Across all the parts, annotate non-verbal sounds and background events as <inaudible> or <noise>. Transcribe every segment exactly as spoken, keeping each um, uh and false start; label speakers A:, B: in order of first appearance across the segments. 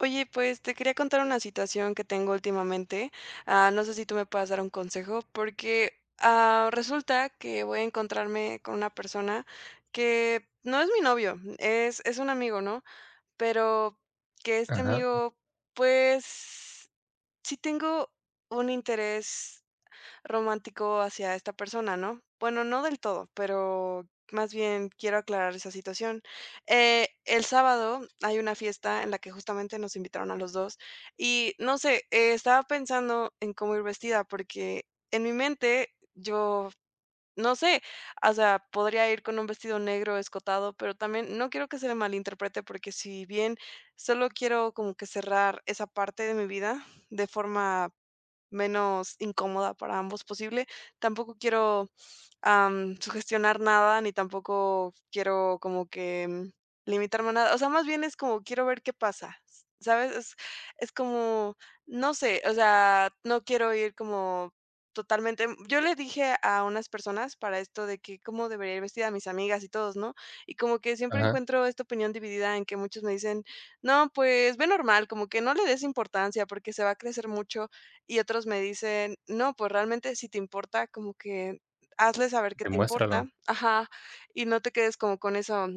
A: Oye, pues te quería contar una situación que tengo últimamente. Ah, no sé si tú me puedas dar un consejo, porque ah, resulta que voy a encontrarme con una persona que no es mi novio, es, es un amigo, ¿no? Pero que este
B: Ajá,
A: amigo, pues sí tengo un interés romántico hacia esta persona, ¿no? Bueno, no del todo, pero más bien quiero aclarar esa situación. Eh, el sábado hay una fiesta en la que justamente nos invitaron a los dos y no sé, eh, estaba pensando en cómo ir vestida porque en mi mente yo, no sé, o sea, podría ir con un vestido negro escotado, pero también no quiero que se le malinterprete porque si bien solo quiero como que cerrar esa parte de mi vida de forma menos incómoda para ambos posible. Tampoco quiero, am, sugestionar nada, ni tampoco quiero como que, mm, limitarme a nada. O sea, más bien es como quiero ver qué pasa, s ¿sabes? Es es como, no sé, o sea, no quiero ir como totalmente mm, yo le dije a unas personas para esto de que cómo debería ir vestida, a mis amigas y todos, ¿no? Y como que siempre
B: ajá,
A: encuentro esta opinión dividida en que muchos me dicen: "No, pues ve normal, como que no le des importancia porque se va a crecer mucho y otros me dicen: "No, pues realmente si te importa, como que hazle saber que te importa".
B: demuéstralo.
A: Ajá, y no te quedes como con eso.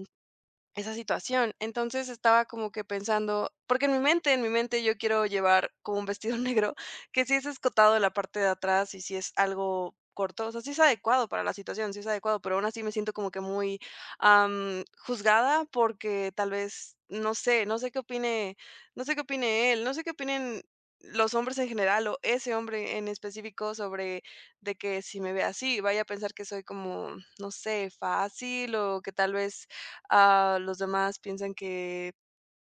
A: Esa situación. Entonces, estaba como que pensando porque en mi mente en mi mente yo quiero llevar como un vestido <laughs> negro, que sí es escotado en la parte de atrás y si es algo corto, o sea, sí es adecuado para la situación, sí es adecuado, pero aún así me siento como que muy, am, juzgada porque tal vez, no sé no sé qué opine no sé qué opine él, no sé qué opinen los hombres en general o ese hombre en específico sobre de que si me ve así, vaya a pensar que soy como, no sé, fácil o que tal vez ah, los demás piensan que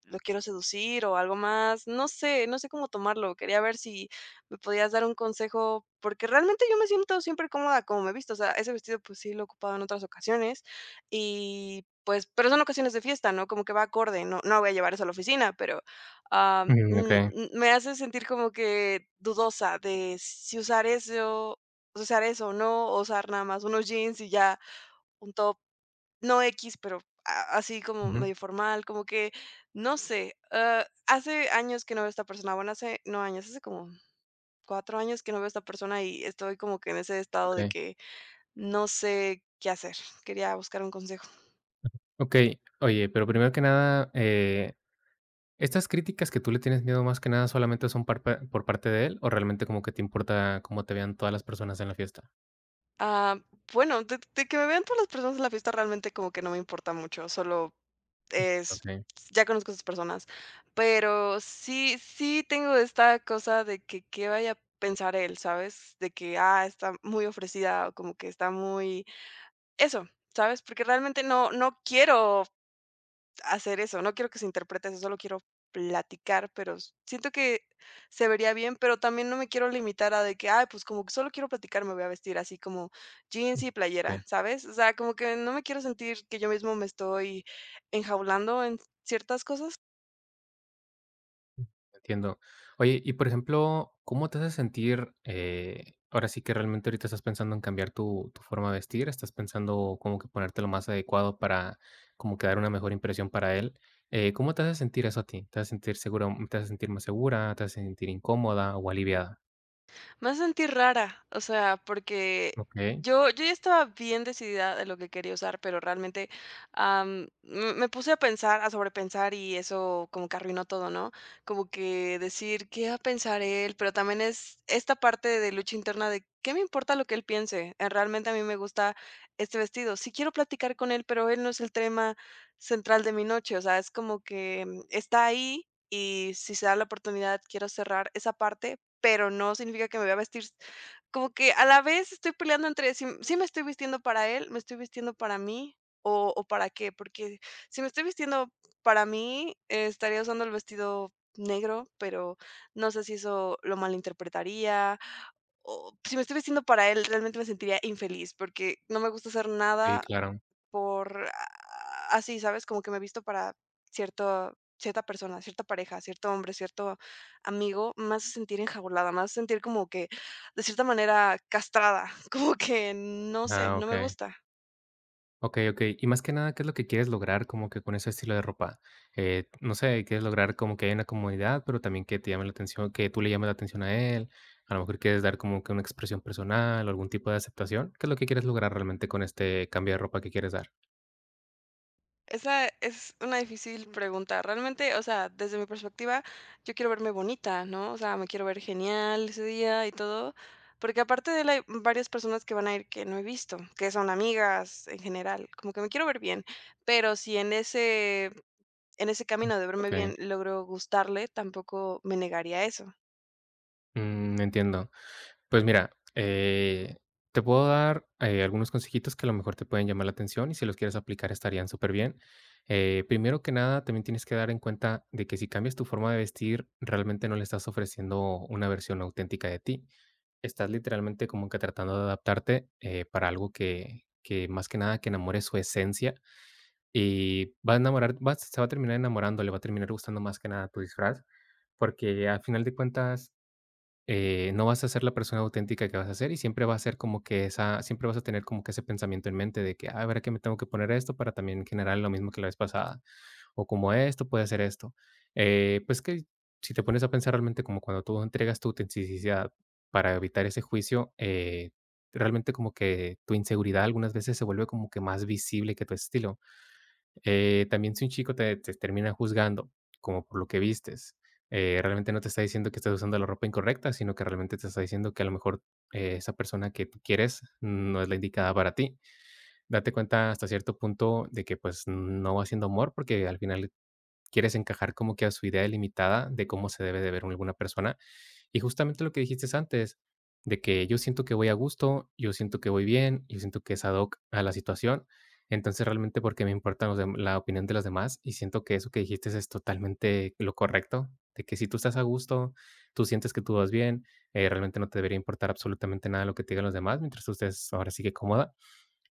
A: lo quiero seducir o algo más. No sé, no sé cómo tomarlo. Quería ver si me podías dar un consejo, porque realmente yo me siento siempre cómoda como me he visto. O sea, ese vestido pues sí lo he ocupado en otras ocasiones y pues, pero son ocasiones de fiesta, ¿no? Como que va acorde, no, no voy a llevar eso a la oficina, pero ah,
B: Mm,
A: mm,
B: okey,
A: mm, me hace sentir como que dudosa de si usar eso, usar eso o no, o usar nada más unos jeans y ya un top no X, pero a así como
B: ujú,
A: medio formal, como que, no sé, ah, hace años que no veo a esta persona, bueno, hace no años, hace como cuatro años que no veo a esta persona y estoy como que en ese estado de
B: okey,
A: que no sé qué hacer. Quería buscar un consejo.
B: okey. Oye, pero primero que nada, eh, ¿estas críticas que tú le tienes miedo más que nada solamente son par pa por parte de él, o realmente como que te importa cómo te vean todas las personas en la fiesta?
A: Ah, bueno, de, de que me vean todas las personas en la fiesta realmente como que no me importa mucho, solo es,
B: Okey,
A: ya conozco a esas personas, pero sí, sí tengo esta cosa de que qué vaya a pensar él, ¿sabes? De que, ah, está muy ofrecida o como que está muy, eso, ¿sabes? Porque realmente no, no quiero hacer eso, no quiero que se interprete eso, solo quiero platicar, pero s siento que se vería bien, pero también no me quiero limitar a de que: "Ay, pues, como que solo quiero platicar, me voy a vestir así como jeans
B: mm,
A: y playera",
B: okey.
A: ¿sabes? O sea, como que no me quiero sentir que yo mismo me estoy enjaulando en ciertas cosas.
B: Entiendo. Oye, y por ejemplo, ¿cómo te hace sentir? Eh, ahora sí que realmente ahorita estás pensando en cambiar tu, tu forma de vestir, estás pensando como que ponerte lo más adecuado para como que dar una mejor impresión para él. Eh, ¿cómo te hace sentir eso a ti? ¿Te hace sentir segura te hace sentir más segura, te hace sentir incómoda o aliviada?
A: Me hace sentir rara, o sea, porque
B: Ok,
A: yo yo ya estaba bien decidida de lo que quería usar, pero realmente, am, me me puse a pensar, a sobrepensar y eso como que arruinó todo, ¿no? Como que decir: "¿Qué va a pensar él?", pero también es esta parte de lucha interna de: "¿Qué me importa lo que él piense?". Eh, realmente a mí me gusta este vestido. Sí quiero platicar con él, pero él no es el tema central de mi noche, o sea, es como que, mm, está ahí y si se da la oportunidad quiero cerrar esa parte, pero no significa que me voy a vestir como que a la vez estoy peleando entre si sí me estoy vistiendo para él, me estoy vistiendo para mí o o para qué, porque si me estoy vistiendo para mí, eh, estaría usando el vestido negro, pero no sé si eso lo malinterpretaría, o si me estoy vistiendo para él, realmente me sentiría infeliz, porque no me gusta hacer
B: sí,
A: nada
B: claro.
A: por a así, ¿sabes? Como que me he visto para cierto cierta persona, cierta pareja, cierto hombre, cierto amigo, me hace sentir enjaulada, me hace sentir como que, de cierta manera, castrada, <laughs> como que no sé,
B: Ah,
A: no
B: ok.
A: me gusta.
B: Okey, okey. Y más que nada, ¿qué es lo que quieres lograr como que con ese estilo de ropa? Eh, no sé, quieres lograr como que haya una comodidad, pero también que te llame la atención, que tú le llames la atención a él. A lo mejor quieres dar como que una expresión personal o algún tipo de aceptación. ¿Qué es lo que quieres lograr realmente con este cambio de ropa que quieres dar?
A: Esa es una difícil pregunta. Realmente, o sea, desde mi perspectiva, yo quiero verme bonita, ¿no? O sea, me quiero ver genial ese día y todo, porque aparte de él hay varias personas que van a ir que no he visto, que son amigas en general, como que me quiero ver bien, pero si en ese, en ese camino de verme bien
B: Okey,
A: logro gustarle, tampoco me negaría a eso.
B: mm, entiendo. Pues mira, eh, te puedo dar, eh, algunos consejitos que a lo mejor te pueden llamar la atención y si los quieres aplicar estarían superbién. Eh, primero que nada, también tienes que dar en cuenta de que si cambias tu forma de vestir, realmente no le estás ofreciendo una versión auténtica de ti. Estás literalmente como que tratando de adaptarte, eh, para algo que que más que nada que enamore su esencia y va a enamorar va se va a terminar enamorando, le va a terminar gustando más que nada tu disfraz, porque al final de cuentas, eh, no vas a ser la persona auténtica que vas a ser y siempre va a ser como que esa, siempre vas a tener como que ese pensamiento en mente de que, ah, a ver, que me tengo que poner esto para también generar lo mismo que la vez pasada, o como esto puede hacer esto. Eh, pues que si te pones a pensar realmente como cuando tú entregas tu autenticidad para evitar ese juicio, eh, realmente como que tu inseguridad algunas veces se vuelve como que más visible que tu estilo. Eh, también si un chico te te termina juzgando, como por lo que vistes, eh, realmente no te está diciendo que estás usando la ropa incorrecta, sino que realmente te está diciendo que a lo mejor, eh, esa persona que tú quieres no es la indicada para ti. Date cuenta hasta cierto punto de que, pues, no va siendo amor, porque al final quieres encajar como que a su idea limitada de cómo se debe de ver alguna persona. Y justamente lo que dijiste antes, de que yo siento que voy a gusto, yo siento que voy bien, yo siento que es ad hoc a la situación. Entonces, realmente, ¿porque me importa los dem- la opinión de los demás? Y siento que eso que dijiste es totalmente lo correcto, de que si tú estás a gusto, tú sientes que tú vas bien, eh, realmente no te debería importar absolutamente nada lo que te digan los demás, mientras tú estés ahora sí que cómoda.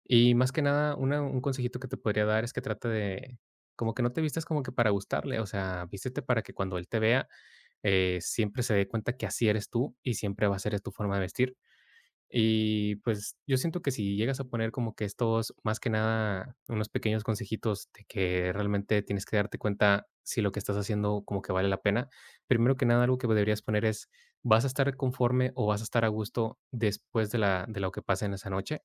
B: Y más que nada, una un consejito que te podría dar es que trate de como que no te vistas como que para gustarle, o sea, vístete para que cuando él te vea, eh, siempre se dé cuenta que así eres tú y siempre va a ser tu forma de vestir. Y, pues, yo siento que si llegas a poner como que estos, más que nada, unos pequeños consejitos de que realmente tienes que darte cuenta si lo que estás haciendo como que vale la pena. Primero que nada, algo que deberías poner es, ¿vas a estar conforme o vas a estar a gusto después de la de lo que pase en esa noche?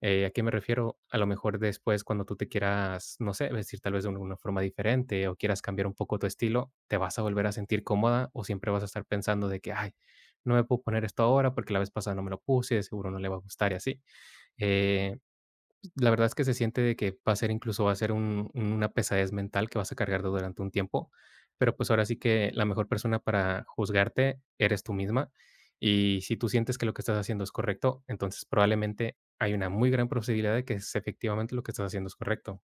B: Eh, ¿a qué me refiero? A lo mejor después cuando tú te quieras, no sé, vestir tal vez de una forma diferente o quieras cambiar un poco tu estilo, ¿te vas a volver a sentir cómoda o siempre vas a estar pensando de que, ay, no me puedo poner esto ahora porque la vez pasada no me lo puse, de seguro no le va a gustar y así? Eh, la verdad es que se siente de que va a ser incluso va a ser un una pesadez mental que vas a cargar durante un tiempo, pero, pues, ahora sí que la mejor persona para juzgarte eres tú misma, y si tú sientes que lo que estás haciendo es correcto, entonces probablemente hay una muy gran posibilidad de que es efectivamente lo que estás haciendo es correcto.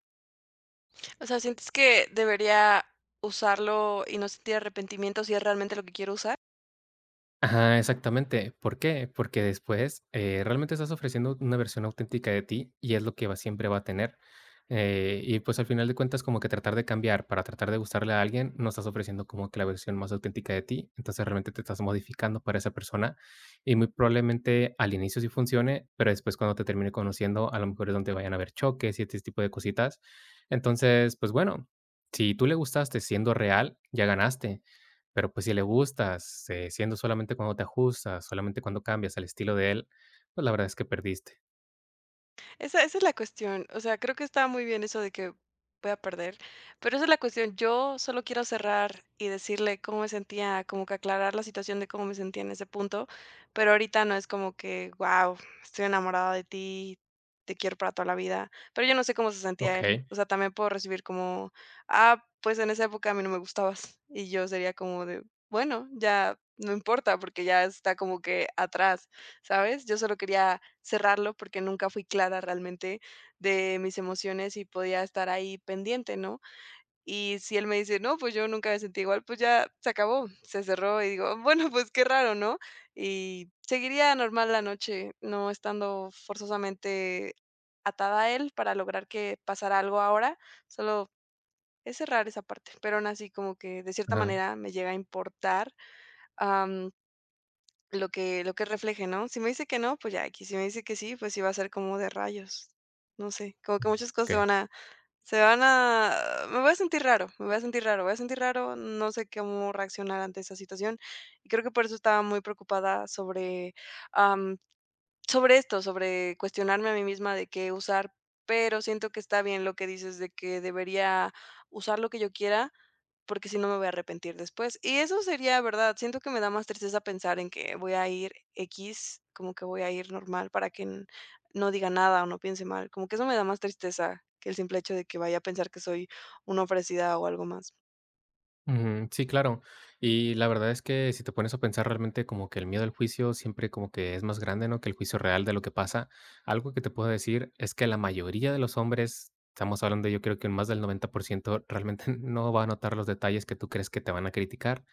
A: O sea, ¿sientes que debería usarlo y no sentir arrepentimiento si es realmente lo que quiero usar?
B: Ajá, exactamente. ¿Por qué? Porque después, eh, realmente estás ofreciendo una versión auténtica de ti y es lo que va siempre va a tener. Eh, y pues al final de cuentas, como que tratar de cambiar para tratar de gustarle a alguien, no estás ofreciendo como que la versión más auténtica de ti. Entonces realmente te estás modificando para esa persona y muy probablemente al inicio sí funcione, pero después cuando te termine conociendo, a lo mejor es donde vayan a haber choques y este tipo de cositas. Entonces, pues bueno, si tú le gustaste siendo real, ya ganaste. Pero, pues, si le gustas, eh, siendo solamente cuando te ajustas, solamente cuando cambias al estilo de él, pues, la verdad es que perdiste.
A: Esa esa es la cuestión. O sea, creo que está muy bien eso de que voy a perder, pero esa es la cuestión. Yo solo quiero cerrar y decirle cómo me sentía, como que aclarar la situación de cómo me sentía en ese punto, pero ahorita no es como que, wow, estoy enamorada de ti, te quiero para toda la vida, pero yo no sé cómo se sentía él.
B: Okey.
A: O sea, también puedo recibir como, ah, pues en esa época a mí no me gustabas y yo sería como de, bueno, ya no importa porque ya está como que atrás, ¿sabes? Yo solo quería cerrarlo porque nunca fui clara realmente de mis emociones y podía estar ahí pendiente, ¿no? Y si él me dice, no, pues yo nunca me sentí igual, pues ya se acabó, se cerró y digo, "Ah, bueno, pues qué raro, ¿no? Y seguiría normal la noche, no estando forzosamente atada a él para lograr que pasara algo ahora, solo es cerrar esa parte, pero aún así como que de cierta
B: Ajá,
A: manera me llega a importar lo que lo que refleje, ¿no? Si me dice que no, pues ya equis, si me dice que sí, pues sí va a ser como de rayos. No sé, como que muchas cosas se
B: okey.
A: van a se van a me voy a sentir raro, me voy a sentir raro, voy a sentir raro, no sé cómo reaccionar ante esa situación, y creo que por eso estaba muy preocupada sobre, sobre esto, sobre cuestionarme a mí misma de qué usar, pero siento que está bien lo que dices de que debería usar lo que yo quiera, porque si no me voy a arrepentir después. Y eso sería verdad. Siento que me da más tristeza pensar en que voy a ir x, como que voy a ir normal para que n no diga nada o no piense mal. Como que eso me da más tristeza que el simple hecho de que vaya a pensar que soy una ofrecida o algo más.
B: Ujú, sí, claro. Y la verdad es que si te pones a pensar realmente como que el miedo al juicio siempre como que es más grande, ¿no?, que el juicio real de lo que pasa. Algo que te puedo decir es que la mayoría de los hombres, estamos hablando yo creo que un más del noventa por ciento realmente <laughs> no va a notar los detalles que tú crees que te van a criticar.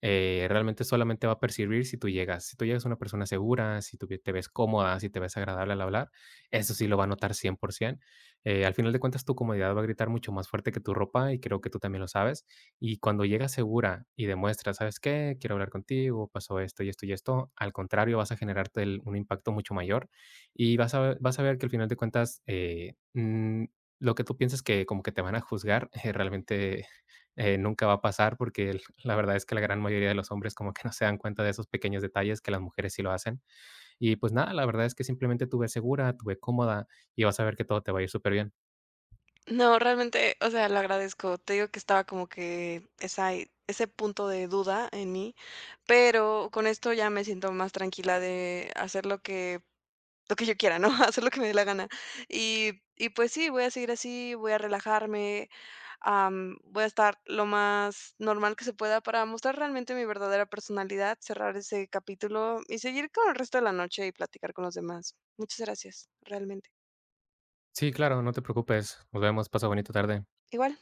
B: eh, Realmente solamente va a percibir si tú llegas. Si tú llegas una persona segura, si tú ve- te ves cómoda, si te ves agradable al hablar, eso sí lo va a notar cien por ciento. Eh, al final de cuentas, tu comodidad va a gritar mucho más fuerte que tu ropa y creo que tú también lo sabes. Y cuando llegas segura y demuestras, ¿sabes qué? Quiero hablar contigo, pasó esto y esto y esto, al contrario, vas a generarte el- un impacto mucho mayor y vas a, ver- vas a ver que al final de cuentas, eh, mm, lo que tú piensas que como que te van a juzgar, <laughs> eh, realmente eh, nunca va a pasar porque el- <laughs> la verdad es que la gran mayoría de los hombres como que no se dan cuenta de esos pequeños detalles que las mujeres sí lo hacen. Y pues nada, la verdad es que simplemente tuve segura, tuve cómoda y vas a ver que todo te va a ir súper bien.
A: No, realmente, o sea, lo agradezco. Te digo que estaba como que esa ese punto de duda en mí. Pero con esto ya me siento más tranquila de hacer lo que lo que yo quiera, ¿no? <laughs> Hacer lo que me dé la gana. Y y pues sí, voy a seguir así, voy a relajarme, am, voy a estar lo más normal que se pueda para mostrar realmente mi verdadera personalidad, cerrar ese capítulo y seguir con el resto de la noche y platicar con los demás. Muchas gracias, realmente.
B: Sí, claro, no te preocupes. Nos vemos, pasa bonita tarde.
A: Igual.